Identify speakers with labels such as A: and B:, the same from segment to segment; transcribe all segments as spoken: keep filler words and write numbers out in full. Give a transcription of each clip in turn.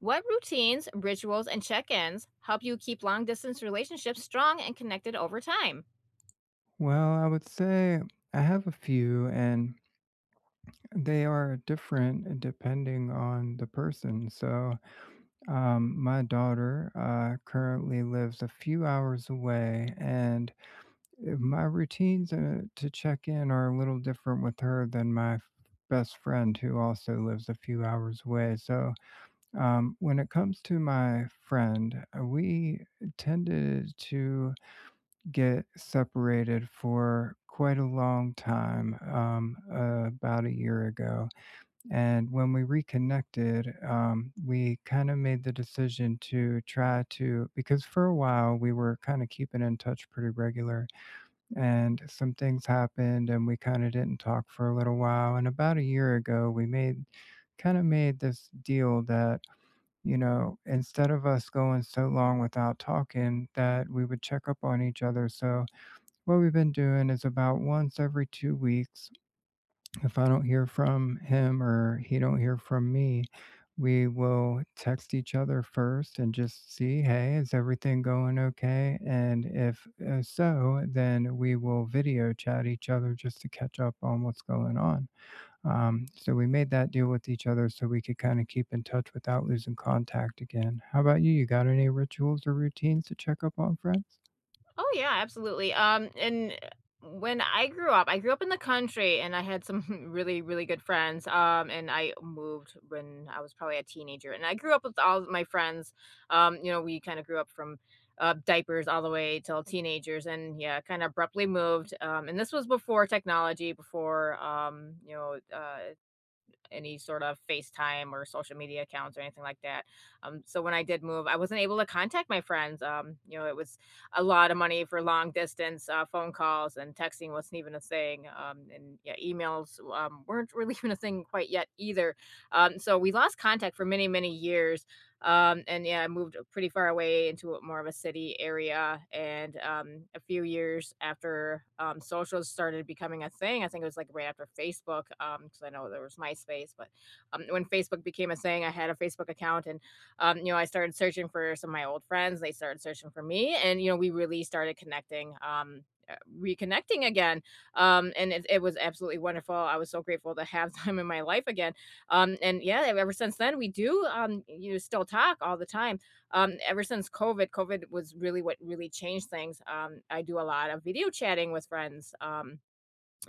A: What routines, rituals, and check ins help you keep long distance relationships strong and connected over time?
B: Well, I would say I have a few, and they are different depending on the person. So, um, my daughter uh, currently lives a few hours away, and uh, my routines uh, to check in are a little different with her than my f- best friend, who also lives a few hours away. So, um, when it comes to my friend, uh, we tended to get separated for quite a long time, um, uh, about a year ago, and when we reconnected, um, we kinda made the decision to try to, because for a while, we were kinda keeping in touch pretty regular, and some things happened, and we kinda didn't talk for a little while, and about a year ago, we made kinda made this deal that, you know, instead of us going so long without talking, that we would check up on each other. So what we've been doing is about once every two weeks, if I don't hear from him or he don't hear from me, we will text each other first and just see, "Hey, is everything going okay?" And if, uh, so, then we will video chat each other just to catch up on what's going on. Um, so we made that deal with each other so we could kinda keep in touch without losing contact again. How about you? You got any rituals or routines to check up on friends?
A: Oh, yeah, absolutely. Um, and when I grew up, I grew up in the country and I had some really, really good friends. Um, and I moved when I was probably a teenager. And I grew up with all of my friends. Um, you know, we kind of grew up from uh, diapers all the way till teenagers, and yeah, kind of abruptly moved. Um, and this was before technology, before, um, you know, uh, any sort of FaceTime or social media accounts or anything like that. Um, so when I did move, I wasn't able to contact my friends. Um, you know, it was a lot of money for long distance uh, phone calls, and texting wasn't even a thing. Um, and yeah, emails um, weren't really even a thing quite yet either. Um, so we lost contact for many, many years. Um, and yeah, I moved uh, pretty far away into a more of a city area. And um, a few years after um, socials started becoming a thing, I think it was like right after Facebook, because I know there was MySpace, but um, when Facebook became a thing, I had a Facebook account and, um, you know, I started searching for some of my old friends. They started searching for me. And, you know, we really started connecting. Um, uh, reconnecting again. Um and it, it was absolutely wonderful. I was so grateful to have them in my life again. Um, and yeah, ever since then, we do, um, you know, still talk all the time. Um, ever since COVID, COVID was really what really changed things. Um, I do a lot of video chatting with friends. Um,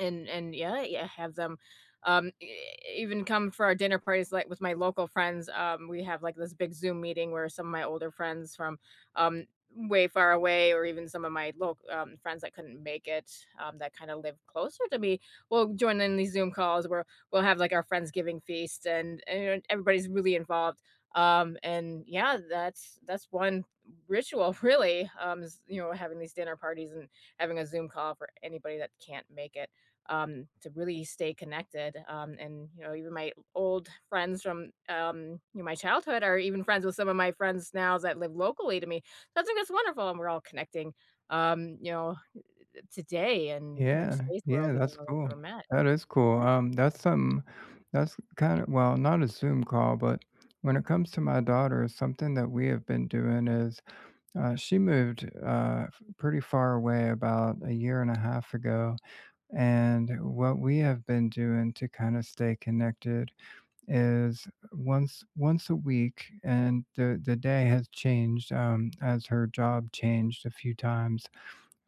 A: and and yeah, yeah, have them, um, e even come for our dinner parties, like, with my local friends. Um, we have, like, this big Zoom meeting where some of my older friends from, um, way far away, or even some of my local um, friends that couldn't make it, um, that kinda live closer to me, will join in these Zoom calls where we'll have, like, our friendsgiving feast, and and everybody's really involved. Um, and yeah, that's that's one ritual really, um, is, you know, having these dinner parties and having a Zoom call for anybody that can't make it, um, to really stay connected. Um, and you know, even my old friends from, um, you know, my childhood are even friends with some of my friends now that live locally to me. So I think that's wonderful, and we're all connecting. Um, you know, today, and you know, in
B: Yeah,
A: today's
B: yeah,
A: world, even
B: that's
A: though we
B: cool.
A: never met.
B: That is cool. Um, that's something that's kind of, well, not a Zoom call, but when it comes to my daughter, something that we have been doing is uh, she moved, uh, f- pretty far away about a year and a half ago. And what we have been doing to kind of stay connected is once once a week, and the, the day has changed um, as her job changed a few times,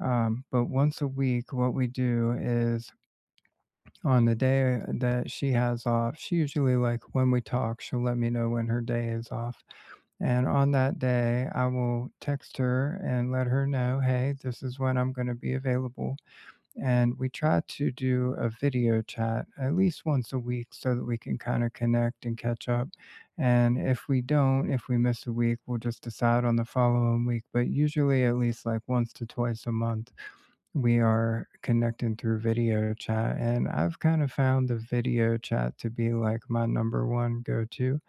B: um, but once a week, what we do is on the day that she has off, she usually, like, when we talk, she'll let me know when her day is off. And on that day, I will text her and let her know, hey, this is when I'm going to be available. And we try to do a video chat at least once a week so that we can kind of connect and catch up. And if we don't, if we miss a week, we'll just decide on the following week, but usually at least like once to twice a month we are connecting through video chat, and I've kind of found the video chat to be like my number one go to.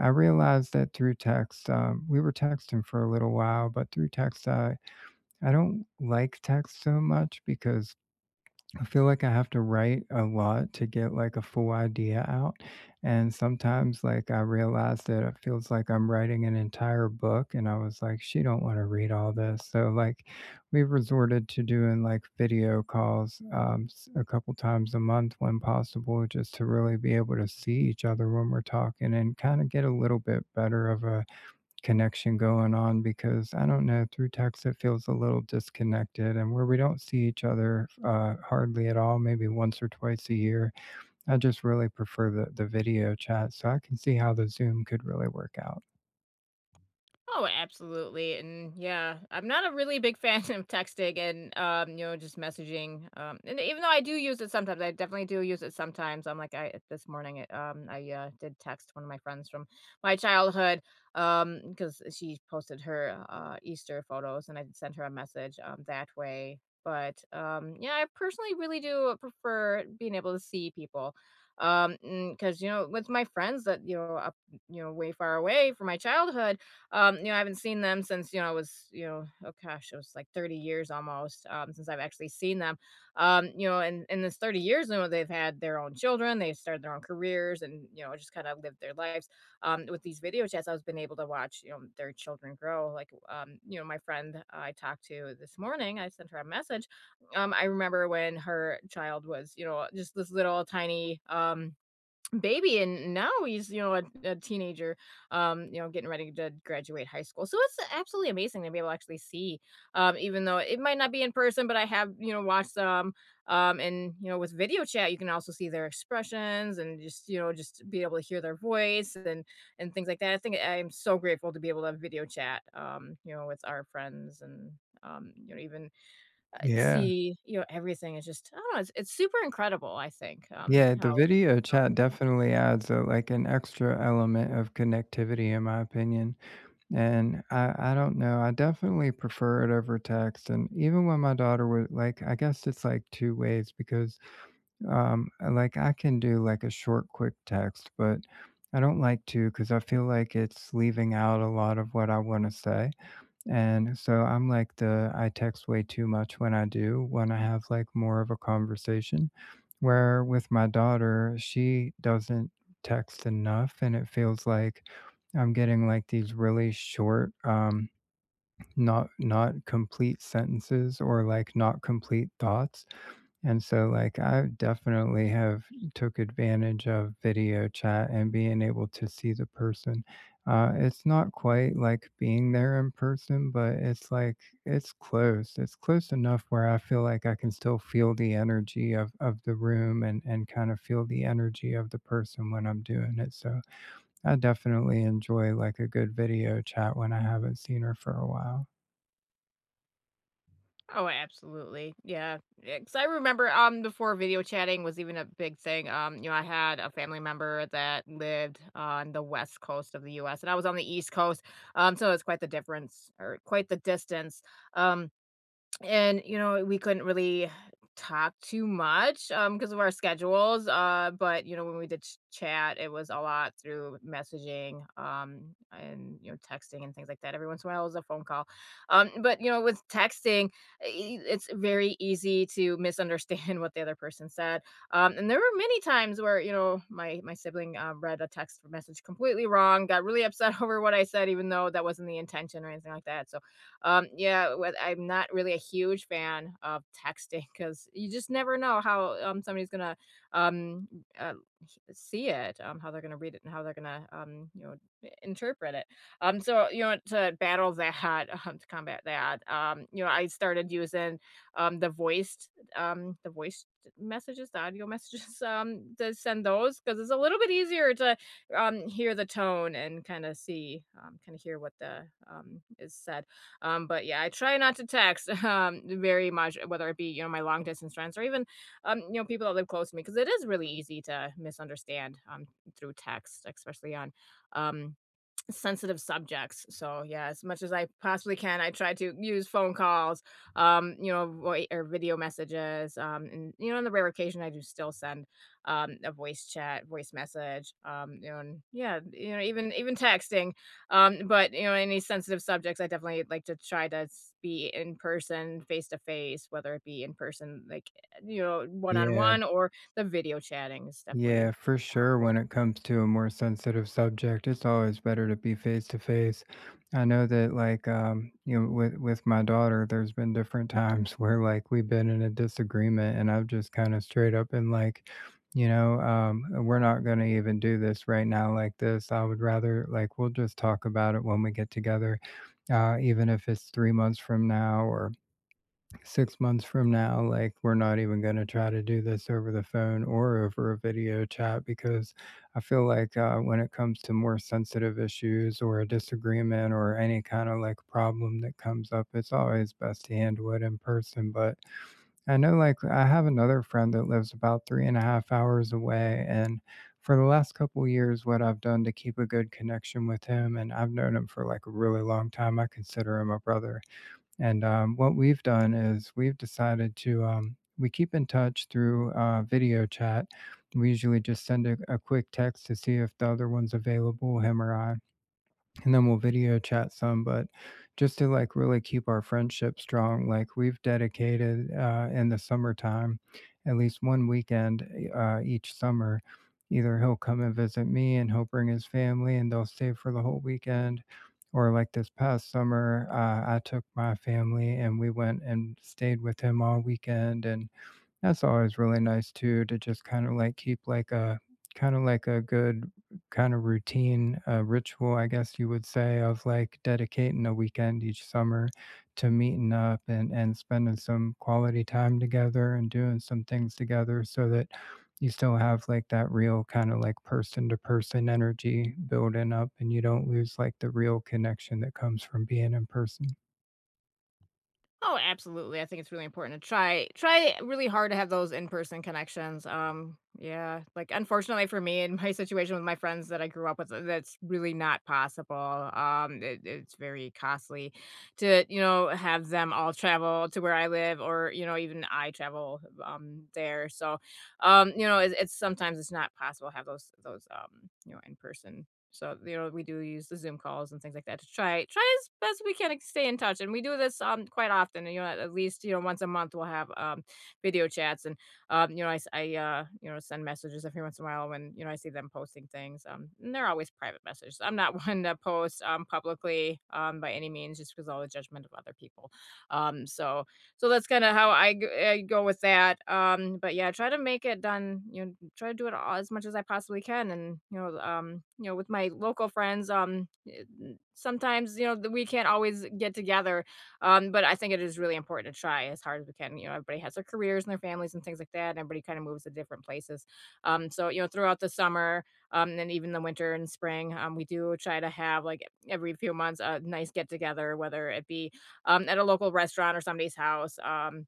B: I realized that through text, um, we were texting for a little while, but through text, I, I don't like text so much because I feel like I have to write a lot to get like a full idea out. And sometimes like I realize that it feels like I'm writing an entire book and I was like, she don't want to read all this. So like we've resorted to doing like video calls, um, s- a couple times a month when possible, just to really be able to see each other when we're talking and kind of get a little bit better of a connection going on, because I don't know, through text it feels a little disconnected, and where we don't see each other uh, hardly at all, maybe once or twice a year. I just really prefer the, the video chat. So I can see how the Zoom could really work out.
A: Oh, absolutely. And yeah, I'm not a really big fan of texting and um, you know, just messaging. Um, and even though I do use it sometimes, I definitely do use it sometimes. I'm like I this morning it, um I uh, did text one of my friends from my childhood um because she posted her uh Easter photos, and I sent her a message um that way. But um yeah, I personally really do prefer being able to see people. Um because you know, with my friends that you know up you know way far away from my childhood, um, you know, I haven't seen them since, you know, I was, you know, oh gosh, it was like thirty years almost, um, since I've actually seen them. Um, you know, and in this thirty years, you know, they've had their own children, they've started their own careers, and, you know, just kind of lived their lives. Um, with these video chats, I've been able to watch, you know, their children grow. Like, um, you know, my friend I talked to this morning, I sent her a message. um, I remember when her child was, you know, just this little tiny um, baby, and now he's, you know, a, a teenager, um you know, getting ready to graduate high school, so it's absolutely amazing to be able to actually see, um even though it might not be in person. But I have, you know, watched them. Um and you know, with video chat, you can also see their expressions, and just, you know, just be able to hear their voice and and things like that. I think I'm so grateful to be able to video chat, um you know, with our friends. And um you know, even, uh,
B: Yeah.
A: see, you know, everything. It's just, I don't know, it's, it's super incredible, I think, um
B: Yeah, the
A: how
B: video chat
A: technology.
B: definitely adds a, like an extra element of connectivity in my opinion. And I I don't know, I definitely prefer it over text, and even when my daughter would like, I guess it's, like, two ways because, um, like, I can do, like, a short, quick text, but I don't like to because I feel like it's leaving out a lot of what I wanna say. And so I'm like the I text way too much when I do, when I have like more of a conversation. Where with my daughter, she doesn't text enough and it feels like I'm getting like these really short, um not not complete sentences, or like not complete thoughts, and so, like, I definitely have took advantage of video chat and being able to see the person. Uh, it's not quite like being there in person, but it's like it's close. It's close enough where I feel like I can still feel the energy of of the room and and kind of feel the energy of the person when I'm doing it. So I definitely enjoy like a good video chat when I haven't seen her for a while.
A: Oh, absolutely. Yeah, because I remember, um before video chatting was even a big thing. Um, you know, I had a family member that lived on the west coast of the U S, and I was on the east coast. Um, so it's quite the difference, or quite the distance. Um, and you know, we couldn't really talk too much um because of our schedules, uh but you know, when we did ch- chat, it was a lot through messaging, um and you know, texting and things like that. Every once in a while was a phone call, um but you know, with texting, i- it's very easy to misunderstand what the other person said. Um and there were many times where you know, my my sibling uh, read a text message completely wrong, got really upset over what I said, even though that wasn't the intention or anything like that. So um, yeah, with I'm not really a huge fan of texting because you just never know how, um, somebody's gonna, um, uh, see it, um, how they're gonna read it, and how they're gonna, um, you know, interpret it. Um, so you know, to battle that, um, to combat that, um, you know, I started using, um, the voiced um, the voice messages, the audio messages um, to send those, because it's a little bit easier to, um, hear the tone, and kind of see, um, kind of hear what the, um, is said. Um, but yeah, I try not to text um, very much, whether it be you know, my long distance friends, or even, um, you know, people that live close to me, because it is really easy to misunderstand, um, through text, especially on, um, sensitive subjects. So yeah, as much as I possibly can, I try to use phone calls, um, you know, voi or video messages, um, and you know, on the rare occasion, I do still send, um, a voice chat, voice message, um, you know, and yeah, you know, even even texting. Um, but you know, any sensitive subjects, I definitely like to try to s- be in person, face to face, whether it be in person, like, you know, one on
B: Yeah.
A: one, or the video chatting is
B: Yeah,
A: definitely
B: for sure.
A: helpful.
B: When it comes to a more sensitive subject, it's always better to be face to face. I know that, like, um, you know, with with my daughter, there's been different times where, like, we've been in a disagreement, and I've just kind of straight up and like, you know, um, we're not going to even do this right now, like this. I would rather, like, we'll just talk about it when we get together, uh, even if it's three months from now or six months from now, like, we're not even gonna try to do this over the phone or over a video chat because I feel like, uh, when it comes to more sensitive issues or a disagreement or any kinda, like, problem that comes up, it's always best to handle it in person. But I know, like, I have another friend that lives about three and a half hours away, and for the last couple years, what I've done to keep a good connection with him, and I've known him for, like, a really long time, I consider him a brother, and um, what we've done is we've decided to, um, we keep in touch through uh, video chat. We usually just send a, a quick text to see if the other one's available, him or I, and then we'll video chat some, but just to like really keep our friendship strong, like we've dedicated, uh, in the summertime at least one weekend, uh, each summer, either he'll come and visit me and he'll bring his family and they'll stay for the whole weekend, or like this past summer, uh, I took my family and we went and stayed with him all weekend, and that's always really nice too, to just kind of like keep like a kind of like a good kind of routine, uh, ritual, I guess you would say, of like dedicating a weekend each summer to meeting up and and spending some quality time together and doing some things together so that you still have like that real kind of like person to person energy building up, and you don't lose like the real connection that comes from being in person.
A: Oh, absolutely. I think it's really important to try try really hard to have those in-person connections. Um, yeah, like unfortunately for me in my situation with my friends that I grew up with, uh, that's really not possible. Um, it, it's very costly to, you know, have them all travel to where I live, or, you know, even I travel um there. So, um, you know, it's, it's sometimes it's not possible to have those those um, you know, in-person. So, you know, we do use the Zoom calls and things like that to try try as best we can to stay in touch. And we do this um quite often. And You know, at least you know, once a month, we'll have um video chats, and um you know, I s- I, uh you know, send messages every once in a while when you know, I see them posting things. Um, and they're always private messages. I'm not one to post um publicly um by any means, just because of all the judgment of other people. Um, so so that's kinda how I g I go with that, um, but yeah, try to make it done, you know, try to do it all as much as I possibly can. And, you know, um, you know, with my local friends, um, eh, sometimes, you know, th we can't always get together, um, but I think it is really important to try as hard as we can. You know, everybody has their careers and their families and things like that, and everybody kinda moves to different places, um, so, you know, throughout the summer, um, and even the winter and spring, um, we do try to have, like, every few months, a nice get together, whether it be um, at a local restaurant or somebody's house. Um,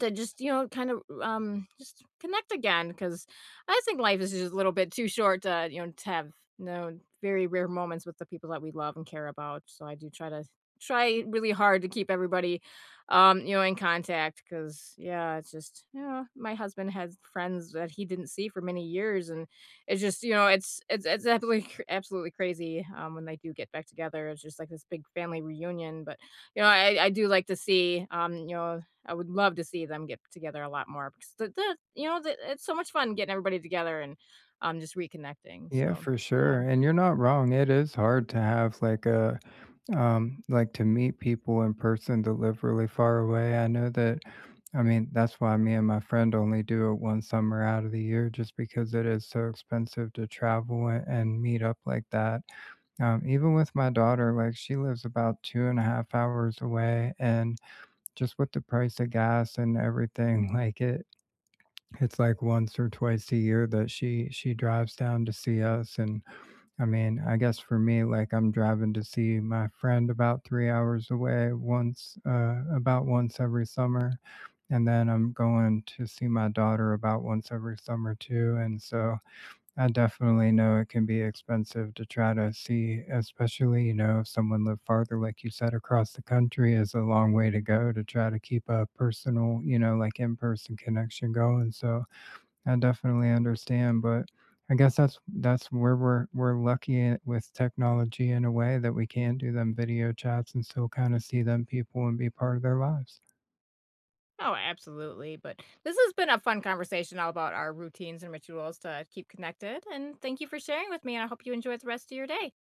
A: to just, you know, kind of, um, just connect again, because I think life is just a little bit too short to, you know, to have, no, very rare moments with the people that we love and care about. So I do try to try really hard to keep everybody, um, you know, in contact, because yeah, it's just, you know, my husband has friends that he didn't see for many years, and it's just, you know, it's it's it's absolutely cr absolutely crazy, um, when they do get back together, it's just like this big family reunion. But, you know, I I do like to see, um, you know, I would love to see them get together a lot more, because the the you know, the it's so much fun getting everybody together and, um, just reconnecting,
B: Yeah,
A: so,
B: for
A: yeah.
B: sure. And you're not wrong. It is hard to have like a, um, like to meet people in person that live really far away. I know that, I mean, that's why me and my friend only do it one summer out of the year, just because it is so expensive to travel a- and meet up like that. Um, even with my daughter, like she lives about two and a half hours away, and just with the price of gas and everything, like it, it's like once or twice a year that she she drives down to see us, and I mean, I guess for me, like I'm driving to see my friend about three hours away once, uh, about once every summer. And then I'm going to see my daughter about once every summer too. And so I definitely know it can be expensive to try to see, especially, you know, if someone lived farther, like you said, across the country is a long way to go to try to keep a personal, you know, like in person connection going. So I definitely understand, but I guess that's that's where we're we're lucky i- with technology in a way that we can do them video chats and still kind of see them people and be part of their lives.
A: Oh, absolutely, but this has been a fun conversation all about our routines and rituals to keep connected, and thank you for sharing with me, and I hope you enjoy the rest of your day.